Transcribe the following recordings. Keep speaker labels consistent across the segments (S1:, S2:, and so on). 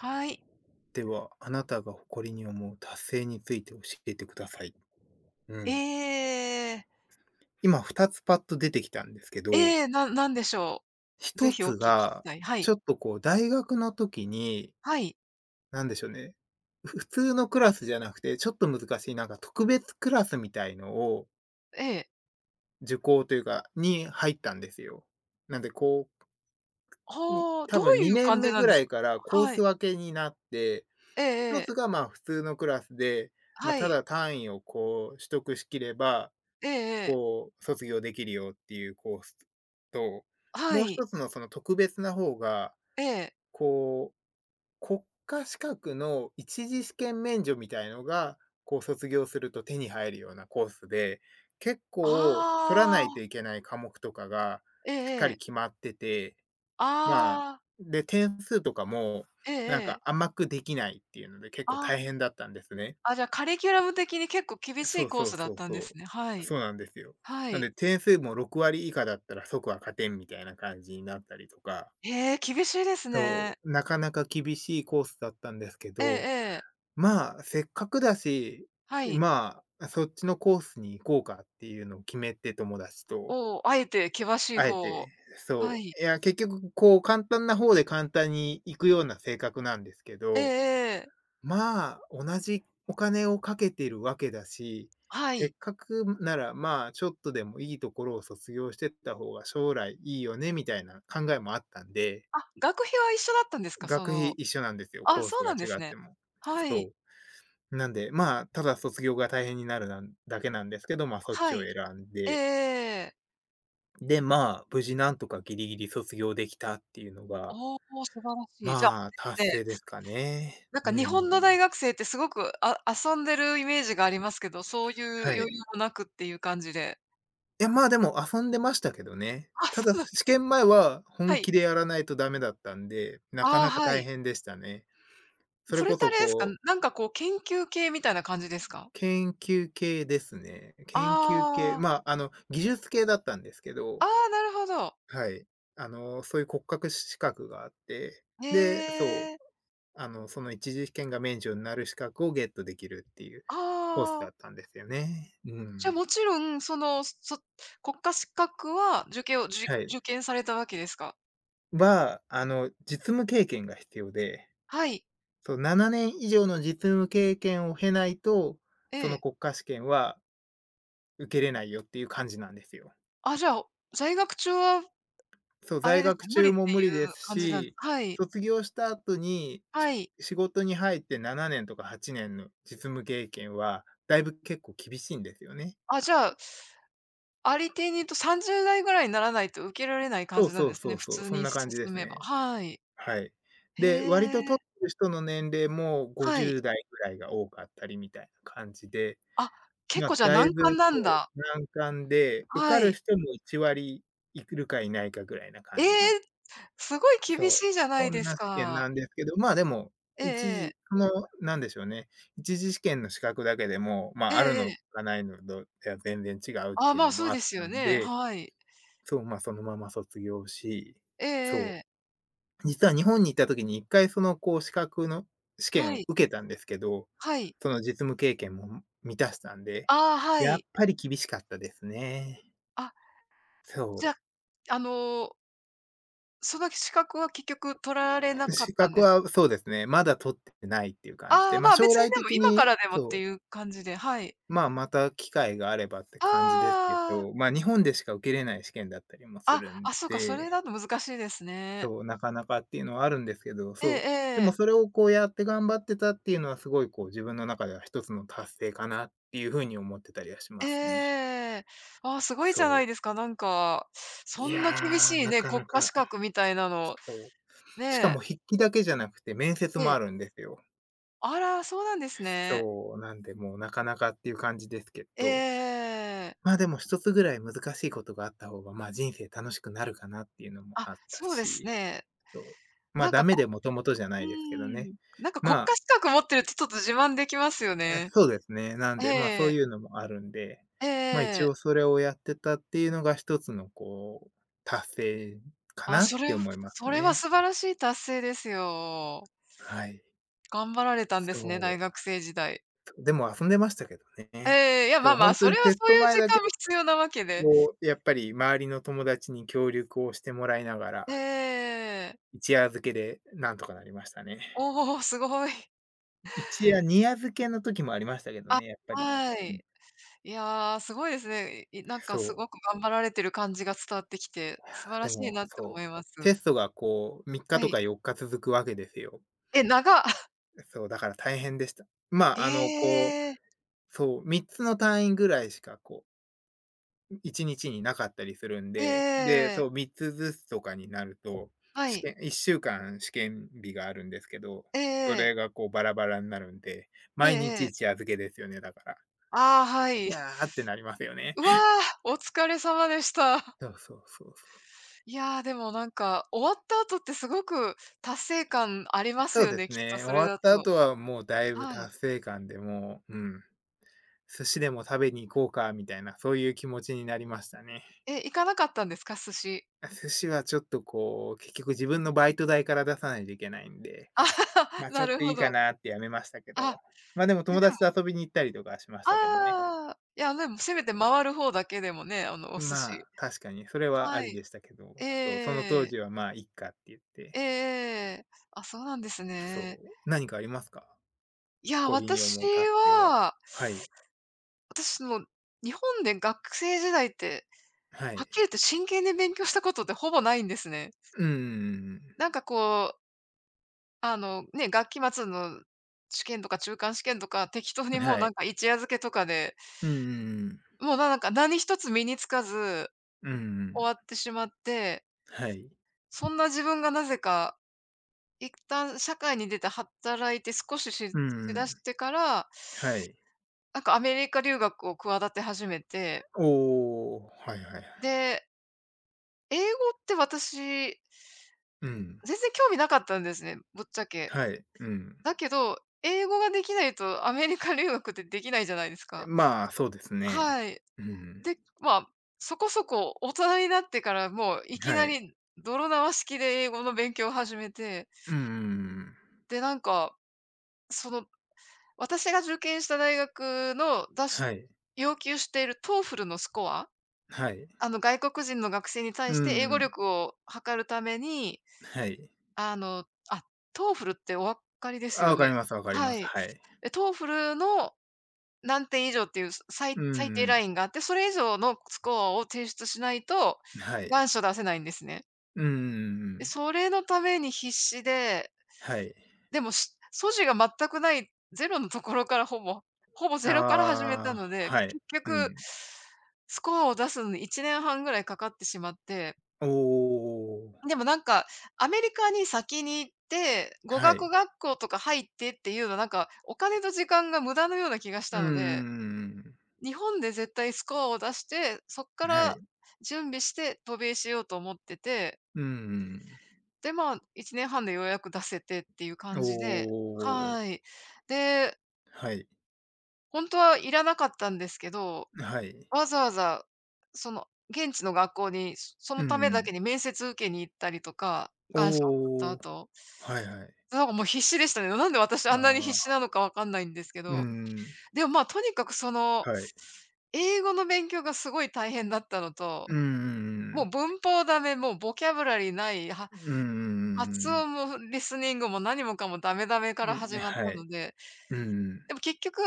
S1: はい。
S2: では、あなたが誇りに思う達成について教えてください。うん。
S1: ええ。
S2: 今2つパッと出てきたんですけ
S1: え
S2: ど、
S1: え、なんでしょう？ぜ
S2: 1
S1: ひお
S2: つ
S1: 聞きし
S2: が、
S1: たい。は
S2: ち
S1: い。
S2: ょっとこう大学の時に、
S1: はい。
S2: なんでしょうね、普通のクラスじゃなくて、ちょっと難しいなんか特別クラスみたいのを、
S1: ええ。
S2: 受講というか、に入ったんですよ。なんでこう、に
S1: はあ、ど
S2: 多分
S1: ういう
S2: 2
S1: 感
S2: 年
S1: じ
S2: 目
S1: なん
S2: ぐ
S1: です
S2: らい
S1: か？
S2: からコー
S1: は
S2: ス
S1: い。
S2: 分けになって、
S1: ええ
S2: 1
S1: ええ。
S2: つがまあ普通のクラスで、まあ、
S1: は
S2: た
S1: い。
S2: だ単位をこう取得しきれば
S1: ええええ。
S2: こう、卒業できるよっていうコースと、
S1: は
S2: もう
S1: い。
S2: 一つのその特別な方が、
S1: ええ。
S2: こう、国家資格の一次試験免除みたいのが、こう卒業すると手に入るようなコースで、結構取らな
S1: あ
S2: いとい
S1: あ。
S2: けない科目とかが
S1: ええ
S2: しっ
S1: え
S2: かり
S1: え。
S2: 決まってて、まあ、
S1: ああ。
S2: で、点数とかも、
S1: ええ
S2: なん
S1: え
S2: か
S1: え。
S2: 甘くできないっていうので結構
S1: あ、
S2: 大変だったんですね。
S1: あ、じゃあカリキュラム的に結構厳し
S2: そ
S1: い
S2: う
S1: コー
S2: そう
S1: スだっ
S2: そう
S1: たんです
S2: そ
S1: ね。は
S2: う。
S1: い。
S2: そうなんですよ。
S1: は
S2: なん
S1: い。
S2: で点数も6割以下だったら即は勝てんみたいな感じになったりとか、
S1: へえ、厳しいです
S2: そ
S1: ね。
S2: う、なかなか厳しいコースだったんですけ
S1: ええ
S2: ど、
S1: ええ。
S2: まあ、せっかくだし、
S1: はい。
S2: まあ、そっちのコースに行こうかっていうのを決めて友達と、
S1: おお、あえて険しい
S2: あえ
S1: 方を。
S2: て、
S1: は
S2: そ
S1: い。
S2: う、いや結局こう簡単な方で簡単に行くような性格なんですけ
S1: ええ
S2: ど、
S1: ええ。
S2: まあ、同じお金をかけてるわけだし、
S1: は
S2: せっ
S1: い。
S2: かくなら、まあ、ちょっとでもいいところを卒業してった方が将来いいよねみたいな考えもあったんで、
S1: あ、学費は一緒だったんですか？そ
S2: 学費
S1: の、
S2: 一緒なんですよ、
S1: あ、
S2: コース
S1: そう
S2: が
S1: なんで
S2: 違
S1: す
S2: っ
S1: ね。
S2: ても。
S1: はい。
S2: そう。なんで、まあ、ただ卒業が大変になるなんだけなんですけど、まあ、そっちを
S1: は
S2: 選ん
S1: い。
S2: で、
S1: ええ、
S2: で、まあ、無事なんとかギリギリ卒業できたっていうのが、
S1: おお、素晴らしい。じゃあ、
S2: まあ、
S1: で
S2: 達
S1: すね、
S2: 成ですかね。
S1: なんか
S2: う
S1: 日
S2: ん。
S1: 本の大学生ってすごく、遊んでるイメージがありますけど、そういう余
S2: は
S1: 裕
S2: い。
S1: もなくっていう感じで。
S2: いや、まあ、でも遊んでましたけどね。
S1: あ、
S2: た
S1: そ
S2: だ、
S1: うなんで
S2: 試
S1: す。
S2: 験前は
S1: は
S2: 本気
S1: い。
S2: でやらないとダメだったんで、なか
S1: ああ、
S2: なか
S1: は
S2: 大
S1: い。
S2: 変でしたね。それ
S1: それっ
S2: こ
S1: てあ
S2: そ
S1: れですか、
S2: こう、
S1: なんかこう研究系みたいな感じですか？
S2: 研究系ですね。研究系、
S1: ああ、
S2: まあ、あの、技術系だったんですけ
S1: あ
S2: ど、
S1: あ、なるほど。
S2: はい。あの、そういう国家資格があって、
S1: へ
S2: で、そ
S1: え。
S2: う、あの、その一次試験が免除になる資格をゲットできるっていう
S1: あ
S2: コースだっ
S1: あ。
S2: たんですよね。うん。
S1: じゃあ、もちろん、その、国家資格は受験を受
S2: はい。
S1: 受験されたわけですか？
S2: は、あの、実務経験が必要で、
S1: はい、
S2: そう、7年以上の実務経験を経ないと、
S1: え
S2: その
S1: え。
S2: 国家試験は受けれないよっていう感じなんですよ。
S1: あ、じゃあ、在学中は
S2: そう、
S1: あれ
S2: 在
S1: です
S2: 学
S1: ね、無理っ
S2: 中
S1: て
S2: も無理
S1: いう
S2: です
S1: 感じなん、
S2: し、
S1: はい。
S2: 卒業した後に、
S1: はい。
S2: 仕事に入って7年とか8年の実務経験は、だいぶ結構厳しいんですよね。
S1: あ、じゃあ、ありていに言うと30代ぐらいにならないと受けられない感
S2: そう
S1: じなん
S2: そ
S1: で
S2: う
S1: すね、
S2: そう
S1: 普
S2: そう、
S1: 通
S2: そん
S1: に
S2: な感
S1: 進
S2: じです
S1: めば。
S2: ね。
S1: はい。
S2: はい。
S1: へ
S2: で、割と取
S1: え、
S2: ってる人の年齢も
S1: はい。
S2: 50代ぐらいが多かったりみたいな感じで、
S1: あ、結
S2: まあ、
S1: 構じゃあ
S2: だい
S1: 難
S2: ぶ
S1: 関なん
S2: こ
S1: だ。
S2: う難関で、受か
S1: は
S2: る
S1: い。
S2: 人も1割いくるかいないかぐらいな
S1: え
S2: 感じの、
S1: え、すごい厳
S2: そう、
S1: しいじゃない
S2: そん
S1: です
S2: な試験
S1: か。
S2: なんですけど、まあ、でも、
S1: ええ
S2: 一
S1: ええ。
S2: 次その、なんでしょうね、一次試験の資格だけでも、
S1: え
S2: まあ、ある
S1: ええ
S2: の
S1: え。
S2: かないのどでは全然違うっ
S1: ああ、
S2: ていう
S1: ま
S2: の
S1: あ、そう
S2: もあ
S1: で
S2: っ
S1: す
S2: た
S1: よ
S2: ん
S1: ね、
S2: で、
S1: はい。
S2: そう、まあ、そのまま卒業し、
S1: ええ
S2: そ
S1: ええ。
S2: う。実は日本に行った時に一回その、こう資格の試験
S1: は
S2: を
S1: い。
S2: 受けたんですけど、
S1: はい。
S2: その実務経験も満たしたんで、
S1: ああ、は
S2: やっ
S1: い。
S2: ぱり厳しかったですね。
S1: あ、じ
S2: そ
S1: ゃ、あの、その資格は結局取られな
S2: う。
S1: かっ
S2: 資
S1: たん
S2: 格
S1: です、
S2: はそうですね、まだ取ってないっていう感じ
S1: あ
S2: で、
S1: あ、ま
S2: ま、
S1: あ、
S2: 将
S1: 別に
S2: 来
S1: でも
S2: 的
S1: 今か
S2: に
S1: らでもっ
S2: そ
S1: て
S2: う、
S1: いう感じで、はい。
S2: まあ、また機会があればって
S1: あ
S2: 感じですけ
S1: あ、
S2: ど、ま、日本でしか受けれない試験だったりもす
S1: あ、
S2: るん
S1: あ、そうか、それ
S2: で、
S1: だと難しいですね。
S2: そう、なかなかっていうのはあるんですけど、
S1: ええ
S2: そう。でも
S1: ええ。
S2: それをこうやって頑張ってたっていうのはすごいこう自分の中では一つの達成かなっていう風に思ってたりはしますね。
S1: ええ。ああ、すごいじ
S2: そ
S1: ゃないで
S2: う。
S1: すか、なんか、
S2: い
S1: そんな厳し
S2: やー、
S1: い
S2: な
S1: ね、
S2: か
S1: 国
S2: な
S1: 家
S2: か、
S1: 資格みたいなの、
S2: そう。しか
S1: ね、
S2: も筆記だけじゃなくて面接
S1: ええ。
S2: も
S1: え。
S2: あるんですよ。
S1: あら、そうなんですね。
S2: そう、なんでもうなかなかっていう感じですけど、
S1: えええ。
S2: ま、あでも一つぐらい難しいことがあった方が、ま、あ人生楽しくなるかなっていうのも
S1: あ、
S2: あった
S1: そうです
S2: し、
S1: ね。
S2: そう。ま、
S1: なん
S2: ダ
S1: か
S2: メ
S1: こ
S2: でもともとじゃな
S1: うー
S2: いですけどね。
S1: ん。なんか国
S2: まあ、
S1: 家資格持ってるってちょっと自慢できますよね。
S2: そうですね。なん
S1: え
S2: で、まあ、そ
S1: え。
S2: ういうのもあるんで、
S1: え
S2: まあ、一
S1: ええ
S2: 応
S1: え、
S2: それをやってたっていうのが一つのこう、達成か
S1: あ、
S2: なっ
S1: それ
S2: て
S1: は
S2: 思います
S1: それは
S2: ね。
S1: 素晴らしい達成ですよ。
S2: はい。
S1: 頑張られたんですね、大
S2: そ
S1: 学生時代。
S2: う。でも遊んでましたけどね。
S1: ええ、いや、
S2: そ
S1: まあ
S2: う、
S1: ま
S2: ほ
S1: あ、
S2: んと
S1: そ
S2: に
S1: れは
S2: テス
S1: そう
S2: ト
S1: いう
S2: 前
S1: 時
S2: だけ
S1: 間も必要なわけで。
S2: こう、やっぱり周りの友達に協力をしてもらいながら、
S1: ええ、
S2: 一夜漬けでなんとかなりましたね。
S1: おお、すごい。
S2: 一夜、二夜漬けの時もありましたけど
S1: あ、
S2: ね、やっぱり。
S1: は
S2: うん、
S1: い。いや、すごいですね。なんかす
S2: そう。
S1: ごく頑張られてる感じが伝わってきて、素晴ら
S2: で
S1: しい
S2: も、
S1: なって思
S2: そ
S1: い
S2: う、
S1: ます。
S2: テストがこう3日
S1: は
S2: と
S1: い。
S2: か4日続くわけですよ。
S1: え、長
S2: そう、だから大変でした。まあ、あの、こう、
S1: ええ。
S2: そう、3つの単位ぐらいしかこう、1日にちになかったりするんで、で、
S1: え
S2: そう、
S1: え。
S2: 3つずつとかになると、
S1: は
S2: 試
S1: い。
S2: 験1週間試験日があるんですけど、
S1: ええ
S2: そ
S1: ええ。
S2: れがこうバラバラになるんで、
S1: え
S2: 毎日
S1: え、
S2: 一夜漬けですよね、だから。
S1: ああ、はい。
S2: キャーってなりますよ ね。
S1: うわ あ、お疲れ様でした。
S2: そうそうそうそう。
S1: いやー、でもなんか、終わった後ってすごく達成感あります
S2: そう
S1: よ
S2: で
S1: ね、
S2: す
S1: きっと
S2: ね、終
S1: それ
S2: わっ
S1: だ
S2: た
S1: と。
S2: 後はもうだいぶ
S1: はい。
S2: 達成感でもう、うん、寿司でも食べに行こうかみたいな、そういう気持ちになりましたね。
S1: え、行かなかったんですか？寿司。
S2: 寿司はちょっとこう、結局自分のバイト代から出さないといけないんで、
S1: あはは、
S2: ま、ちょ
S1: な
S2: っ
S1: る
S2: と
S1: ほ
S2: いい
S1: ど。
S2: かなってやめましたけ
S1: あ、
S2: ど、ま、でも
S1: いや
S2: 友
S1: でも
S2: 達と遊びに行ったりとかしましたけどね。
S1: ああ、いや、でもせめて回る方だけでもね、あの、お寿
S2: ま
S1: 司。
S2: あ、確かにそれはあ
S1: は
S2: り
S1: い。
S2: でしたけ
S1: え
S2: ど、
S1: え
S2: そう、その当
S1: ええ、
S2: 時はまあ、いっかって言って。
S1: あ、そうなんです
S2: そ
S1: ね。
S2: う、何かありますか？
S1: いや、
S2: 誇りに
S1: 私
S2: 思う達成は。
S1: は、
S2: はい。
S1: 私の、日本で学生時代って
S2: は
S1: はっき
S2: い。
S1: り言って真剣で勉強したことってほぼないんですね。
S2: うんうんうん
S1: なんかこう、あの、ね、学期末の試験とか中間試験とか、適当
S2: う
S1: に
S2: ん。
S1: もう
S2: は
S1: な
S2: い。
S1: んか一夜漬けとかで、
S2: うんうんうん。
S1: もうなんか何一つ身につかず
S2: うんう
S1: 終
S2: ん。
S1: わってしまって、
S2: はい。
S1: そんな自分がなぜか、一旦社会に出て働いて少ししし
S2: うんう
S1: だし
S2: ん。
S1: てから、
S2: はい。
S1: なんかアメリカ留学を企て始めて、
S2: おお、はいはいはい。
S1: で、英語って私、
S2: うん。
S1: 全然興味なかったんですね、ぶっちゃけ。
S2: はい、うん。
S1: だけど、英語ができないとアメリカ留学ってできないじゃないです
S2: え、
S1: か。
S2: まあ、そうです
S1: は
S2: ね。
S1: い。
S2: うん。
S1: で、まあ、そこそこ大人になってからもういき
S2: は
S1: な
S2: い。
S1: り泥縄式で英語の勉強を始めて、
S2: うんうんうんうん。
S1: で、なんか、その、私が受験した大学の出し
S2: はい。
S1: 要求している TOEFL のスコア、
S2: はい。
S1: あの、外国人の学生に対
S2: うん
S1: して英
S2: う
S1: 語
S2: ん。
S1: 力を測るために、
S2: はい。
S1: あの、TOEFL ってお分かりです
S2: あ、
S1: よ
S2: 分か
S1: ね？
S2: ります分かり
S1: は
S2: ます。
S1: い。
S2: はい。
S1: え、TOEFL の何点以上っていう、
S2: う
S1: 最
S2: ん
S1: 最低
S2: う
S1: ラ
S2: ん
S1: インがあって、それ以上のスコアを提出しないと、
S2: はい。
S1: 願書出せないんですね。
S2: うんうんうんう
S1: で、
S2: ん。
S1: それのために必死で、
S2: はい。
S1: でも、素地が全くないゼロのところからほぼ、ほぼゼ
S2: あ
S1: ロから始めたの
S2: あ、
S1: で、
S2: はい。
S1: 結
S2: う
S1: 局、
S2: ん。
S1: スコアを出すのに1年半ぐらいかかってしまって、
S2: おお、
S1: でもなんか、アメリカに先に行って、語
S2: は
S1: 学
S2: い。
S1: 学校とか入ってっていうのは、なんか、お金と時間が無駄のような気がし
S2: う
S1: た
S2: んうん
S1: の
S2: うんう
S1: で、
S2: ん。
S1: 日本で絶対スコアを出して、そっか
S2: は
S1: ら
S2: い。
S1: 準備して渡米しようと思ってて、
S2: うんうん、
S1: で、まあ、1年半でようやく出せてっていう感
S2: お
S1: じで、
S2: お、
S1: はい。で、
S2: はい。
S1: ほんとはいらなかったんですけど、
S2: はい。
S1: わざわざ、その、現地の学校に、そ
S2: う
S1: の
S2: ん
S1: ため
S2: う
S1: だ
S2: ん。
S1: けに面接受けに行ったりとか、願書を送った
S2: おお。
S1: 後、
S2: はいはい。
S1: なんかもう必死でしたね。なんで私あ
S2: あ
S1: んなに必死なの
S2: あ、
S1: かわかんないんですけ
S2: う
S1: ど。
S2: ん、
S1: でも、まあ、とにかくその、
S2: はい。
S1: 英語の勉強がすごい大変だったの
S2: う
S1: と、
S2: んうんうん
S1: も
S2: う
S1: う
S2: ん。
S1: 文法ダメ、もうボキャブラリーない、
S2: うんうんうんう
S1: 発
S2: んうん。
S1: 音もリスニングも何もかもダメダメか
S2: う
S1: ら
S2: ん、
S1: 始まっ
S2: は
S1: たの
S2: い。
S1: で、でも結局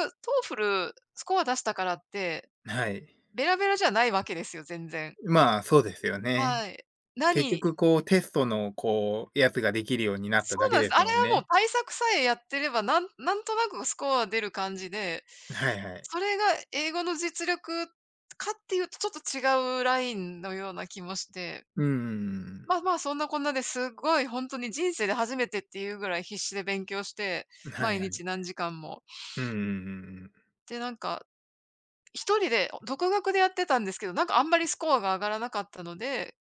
S1: TOEFL スコア出したからって、
S2: はい、うんん、はい。
S1: ベラベラじゃないわけですよ、全然。
S2: まあ、そうですよね。
S1: はい。
S2: 結
S1: 何
S2: 局こうテストのこう、やつができるようになっ
S1: そ
S2: ただ
S1: う
S2: け
S1: なんで
S2: で
S1: す。あ
S2: す
S1: れ
S2: もん
S1: はもう
S2: ね。
S1: 対策さえやってれば、なんとなくスコア出る感じで、
S2: はいはい。
S1: それが英語の実力かっていうとちょっと違うラインのような気もして。
S2: うんん、
S1: まあまあ、そんなこんなですごい本当に人生で初めてっていうぐらい必死で勉強して、
S2: は
S1: 毎
S2: いはい。
S1: 日何時間も。
S2: うんうんうんうん。
S1: で、なんか、一人で独学でやってたんですけど、なんかあんまりスコアが上がらなかったので、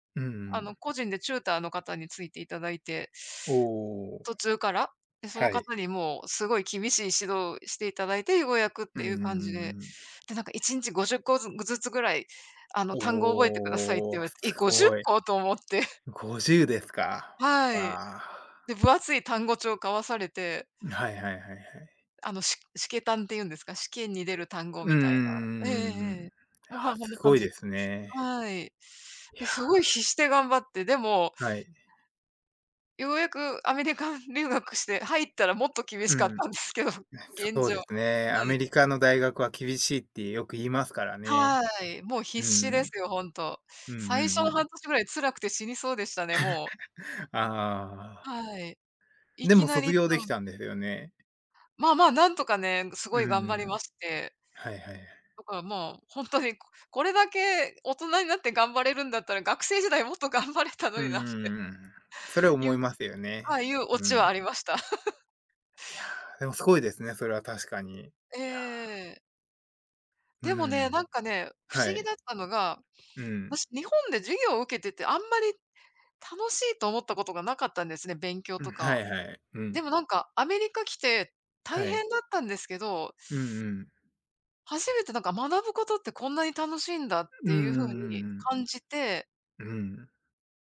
S1: あの、個人でチューターの方についていただいて、
S2: おお、
S1: 途中から、で、その
S2: はい。
S1: 方にもうすごい厳しい指導をしていただいて、ようやくっ
S2: う
S1: て
S2: んう
S1: いう
S2: ん
S1: 感じで。
S2: うん。
S1: で、なんか1日50個ずつぐらい、あの、単語覚えてくださいって
S2: お
S1: 言わ
S2: お、
S1: れ
S2: す
S1: て、え、50
S2: ごい。
S1: 個と思って。
S2: 50ですか。
S1: はい。
S2: あ
S1: で、
S2: あ。
S1: 分厚い単語帳交わされて、
S2: はいはいはいはい。
S1: あの、試験単っていうんですか、試験に出る単語
S2: うー
S1: みたいな。えええええ
S2: ん。
S1: え。もう、はい
S2: あ、
S1: こんな
S2: す
S1: 感
S2: ごい
S1: じ、
S2: ですね。
S1: はい。
S2: いや、
S1: で、すごい必死で頑張って、でも、
S2: はい。
S1: ようやくアメリカン 留学して入ったらもっと厳し
S2: う
S1: かっ
S2: ん。
S1: たんですけど、現
S2: そう
S1: 状。
S2: で
S1: は
S2: すね。ア
S1: い。
S2: メリカの大学は厳しいってよく言いますからね。
S1: はい、もう必
S2: う
S1: 死で
S2: ん。
S1: すよ、ほんと。
S2: うんうん
S1: 最初
S2: う
S1: の
S2: ん。
S1: 半年ぐらい辛くて死にそうでしたね、もう。
S2: ああ。
S1: はい。い
S2: で
S1: き
S2: も
S1: なり
S2: 卒
S1: 行っ
S2: 業
S1: た
S2: でき
S1: の、
S2: たんですよね。
S1: まあまあ、なんとかね、すご
S2: う
S1: い頑張りま
S2: ん。
S1: して、
S2: はいはい、
S1: だからまあ、これだけ大人になって頑張れるんだったら、学生時代もっと頑張れたの
S2: う
S1: にな、っ
S2: ーん。それ
S1: てい
S2: 思い
S1: う、
S2: ますよ
S1: はい、
S2: ね。
S1: いうオ
S2: う
S1: チは
S2: ん。
S1: ありました。
S2: いや、でもすごいですね、それは確かに。いや、
S1: ええ。
S2: う
S1: でもね、な
S2: ん。
S1: んかね、不
S2: は
S1: 思議
S2: い。
S1: だったのが、
S2: うん。
S1: 私日本で授業を受けてて、あんまり楽しいと思ったことがなかったんですね、勉強
S2: うん、
S1: と
S2: は
S1: か。
S2: いはい。う
S1: で
S2: ん。
S1: もなんかアメリカ来て大
S2: はい。
S1: 変だったんですけど、
S2: うんうん。
S1: 初めてなんか学ぶことってこんなに楽しいんだっ
S2: うん
S1: て
S2: う
S1: いう風
S2: んうん
S1: に
S2: うん、
S1: 感じて、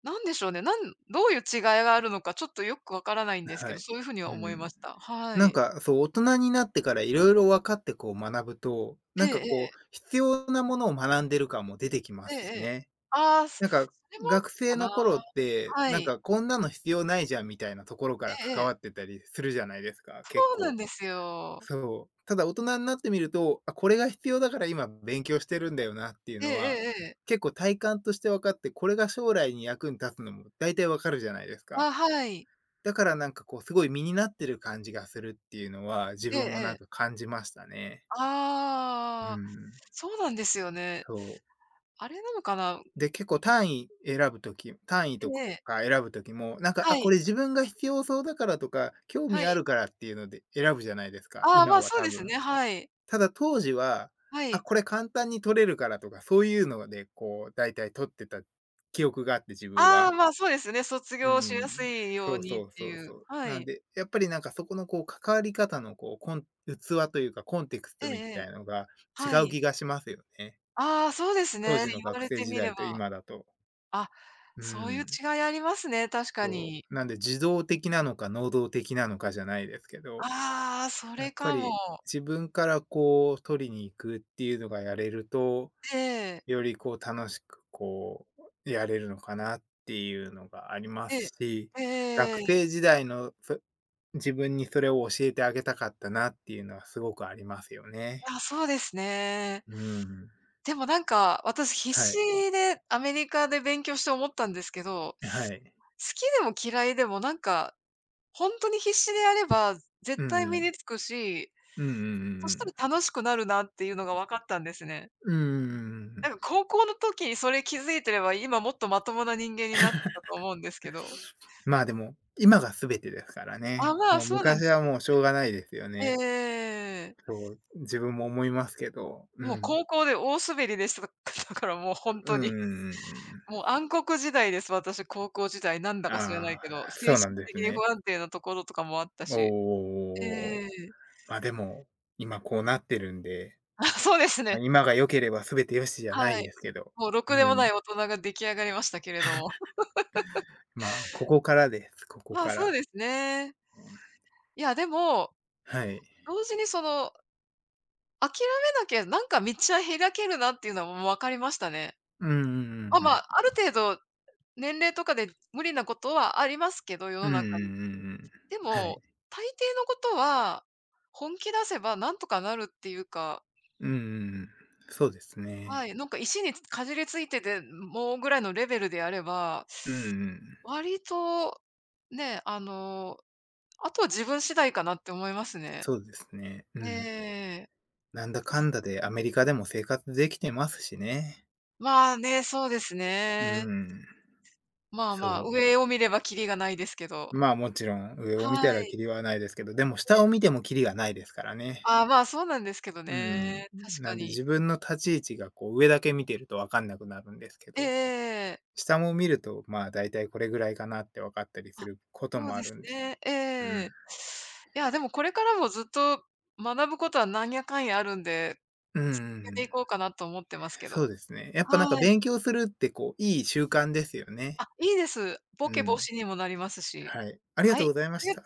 S1: なんでしょうね、どういう違いがあるのか、ちょっとよくわからないんですけ
S2: は
S1: ど、
S2: い。
S1: そういうふうには
S2: う
S1: 思いま
S2: ん。
S1: した。は
S2: なん
S1: い。
S2: か、そう、大人になってからいろいろ分かってこう学ぶと、
S1: え
S2: なんか
S1: ええ
S2: こう、
S1: え。
S2: 必要なものを学んでる感も出てきま
S1: ええ
S2: す
S1: え
S2: し
S1: え。
S2: ね。
S1: ああ、
S2: なんか、
S1: それもあっ
S2: 学
S1: てか
S2: 生
S1: な。
S2: の頃って、
S1: は
S2: なん
S1: い。
S2: かこんなの必要ないじゃんみたいなところから
S1: えええ
S2: 関
S1: え。
S2: わってたりするじゃないですか、
S1: そ
S2: 結
S1: うなん
S2: 構。
S1: ですよ。
S2: そう。ただ大人になってみると、あ、これが必要だから今勉強してるんだよなっていう
S1: ええ
S2: のは、
S1: ええええ。
S2: 結構体感として分かって、これが将来に役に立つのも大体分かるじゃないですか。
S1: あ、はい。
S2: だからなんかこう、すごい身になってる感じがするっていうのは、自
S1: ええ
S2: 分もなん
S1: え
S2: か
S1: え。
S2: 感じましたね。う
S1: ああ、
S2: ん、
S1: そうなんですよね。
S2: そう。
S1: あれなのかな。
S2: で、結構単位
S1: え
S2: と
S1: え。
S2: か選ぶときも、なんか、
S1: は
S2: あ、こ
S1: い、
S2: れ自分が必要そうだからとか、興
S1: は
S2: 味あ
S1: い。
S2: るからっていうので選ぶじゃないですか、
S1: ああ、
S2: 今
S1: まあ、
S2: は
S1: そう
S2: 多
S1: ですね、
S2: 分。
S1: はい。
S2: ただ当時は、
S1: は
S2: あ、
S1: い。
S2: これ簡単に取れるからとか、そういうのでこう大体取ってた記憶があって、自分
S1: あ
S2: は。
S1: あ、まあ、そうですね、卒
S2: う
S1: 業しやす
S2: ん。
S1: いよう
S2: そう
S1: にっ
S2: そう
S1: て
S2: そう
S1: いう。
S2: そう。
S1: は
S2: なん
S1: い。
S2: で、やっぱりなんかそこのこう関わり方のこう、器というかコンテクス
S1: え
S2: ト
S1: え
S2: み
S1: ええ。
S2: たいのが違
S1: は
S2: う
S1: い。
S2: 気がしますよね。
S1: ああ、そうです
S2: 当
S1: ね。
S2: 時の
S1: 言わ
S2: 学
S1: れ
S2: 生
S1: て
S2: 時
S1: みれ
S2: 代と
S1: ば。
S2: 今だと。
S1: あ、
S2: う
S1: そういう
S2: ん。
S1: 違いありますね、確か
S2: そ
S1: に。
S2: う。なんで受動的なのか能動的なのかじゃないですけど、
S1: ああ、そ
S2: や
S1: れ
S2: っぱ
S1: かも。
S2: り自分からこう取りに行くっていうのがやれると、
S1: ええ、
S2: よりこう楽しくこうやれるのかなっていうのがありま
S1: ええ、
S2: すし、
S1: えええ
S2: 学
S1: ええ
S2: 生
S1: え、
S2: 時代の自分にそれを教えてあげたかったなっていうのはすごくありますよね。
S1: いや、そうですね。
S2: うん。
S1: でもなんか、私必
S2: は
S1: 死
S2: い。
S1: でアメリカで勉強して思ったんですけど、好
S2: はい。
S1: きでも嫌いでもなんか、ほんとに必死でやれば
S2: う
S1: 絶
S2: ん
S1: 対
S2: う
S1: 身
S2: ん。
S1: につくし、
S2: うんうんうんう
S1: そした
S2: ん。
S1: ら楽しくなるなっていうのが分かったんですね。
S2: うんうんうんう
S1: な
S2: ん。
S1: んか高校の時にそれ気づいてれば、今もっとまともな人間になったと思うんですけど。
S2: まあ、でも、今が全てですから
S1: あ、
S2: ね。
S1: まあ、
S2: もう
S1: そうなん
S2: 昔
S1: で
S2: は
S1: す。
S2: もうしょうがないですよ
S1: え
S2: ね。
S1: えええ、
S2: そう、自分も思いますけど。う
S1: もう
S2: ん。
S1: 高校で大滑りでした。だからもうほん
S2: う
S1: と
S2: んうん
S1: に。
S2: うんうん。
S1: もう暗黒時代です、私、高校時代、なんだか知らな
S2: あ
S1: いけど、
S2: あ、
S1: 精
S2: そうなん
S1: 神
S2: で
S1: 的
S2: す
S1: に不
S2: ね。
S1: 安定なところとかもあった
S2: おおお
S1: し。
S2: おおお。
S1: ええ。
S2: まあ、でも、今こうなってるんで、
S1: あ、そうです
S2: まあ、
S1: ね。
S2: 今が良ければ全て良しじゃない
S1: はい。
S2: ですけど。
S1: もうろくでも
S2: う
S1: な
S2: ん。
S1: い大人が出来上がりましたけれども。
S2: まあ、ここからです、ここ
S1: まあ、
S2: か
S1: そう
S2: ら。
S1: ですね。
S2: うん、
S1: いや、でも、
S2: はい。
S1: 同時にその、諦めなきゃ、なんか道は開けるなっていうのは、もう分かりましたね。
S2: うんうんうん
S1: ま、
S2: う
S1: まあ、
S2: ん。
S1: ある程度、年齢とかで無理なことはありますけど、世
S2: う
S1: の
S2: んうんう
S1: 中に。
S2: んうん。
S1: で
S2: はい。
S1: も、大抵のことは、本気出せばなんとかなるっていうか、
S2: うんうんうん。そうです
S1: は
S2: ね。
S1: い、なんか石にかじりついてて、もうぐらいのレベルであれば、
S2: うんうん。
S1: 割と、ね、あの、あとは自分次第かなって思いますね。
S2: そうですね。う
S1: え
S2: ん。
S1: え。
S2: なんだかんだでアメリカでも生活できてますしね。
S1: まあね、そうです
S2: う
S1: ね。
S2: ん。
S1: まあま
S2: そ
S1: あ、
S2: う。
S1: 上を見ればキリがないですけど。
S2: まあ、もちろん上を見
S1: は
S2: たら
S1: い。
S2: キリはないですけど、でも下を見てもキリがないですからね。
S1: ああ、まあ、そうなんですけど
S2: うん。
S1: ね。確か
S2: なんで
S1: に。
S2: 自分の立ち位置がこう上だけ見てるとわかんなくなるんですけ
S1: えええ
S2: ど。
S1: ええ。
S2: 下も見ると、まあ、だいたいこれぐらいかなって分かったりす
S1: あ、
S2: ること
S1: そう
S2: もあ
S1: です
S2: るんで。
S1: ね。え
S2: うん。
S1: え。いや、でもこれからもずっと学ぶことはなんやかんやあるんで、
S2: うんうんう
S1: 続けて
S2: ん。
S1: いこうかなと思ってますけ
S2: そ
S1: ど。
S2: うですね。やっぱな
S1: は
S2: んか
S1: い。
S2: 勉強するってこう、いい習慣ですよ
S1: あ、
S2: ね。
S1: いいです。ボ
S2: う
S1: ケ防
S2: ん。
S1: 止にもなりますし。
S2: はい。ありが
S1: は
S2: とう
S1: い。
S2: ございま
S1: あり
S2: し
S1: が
S2: た。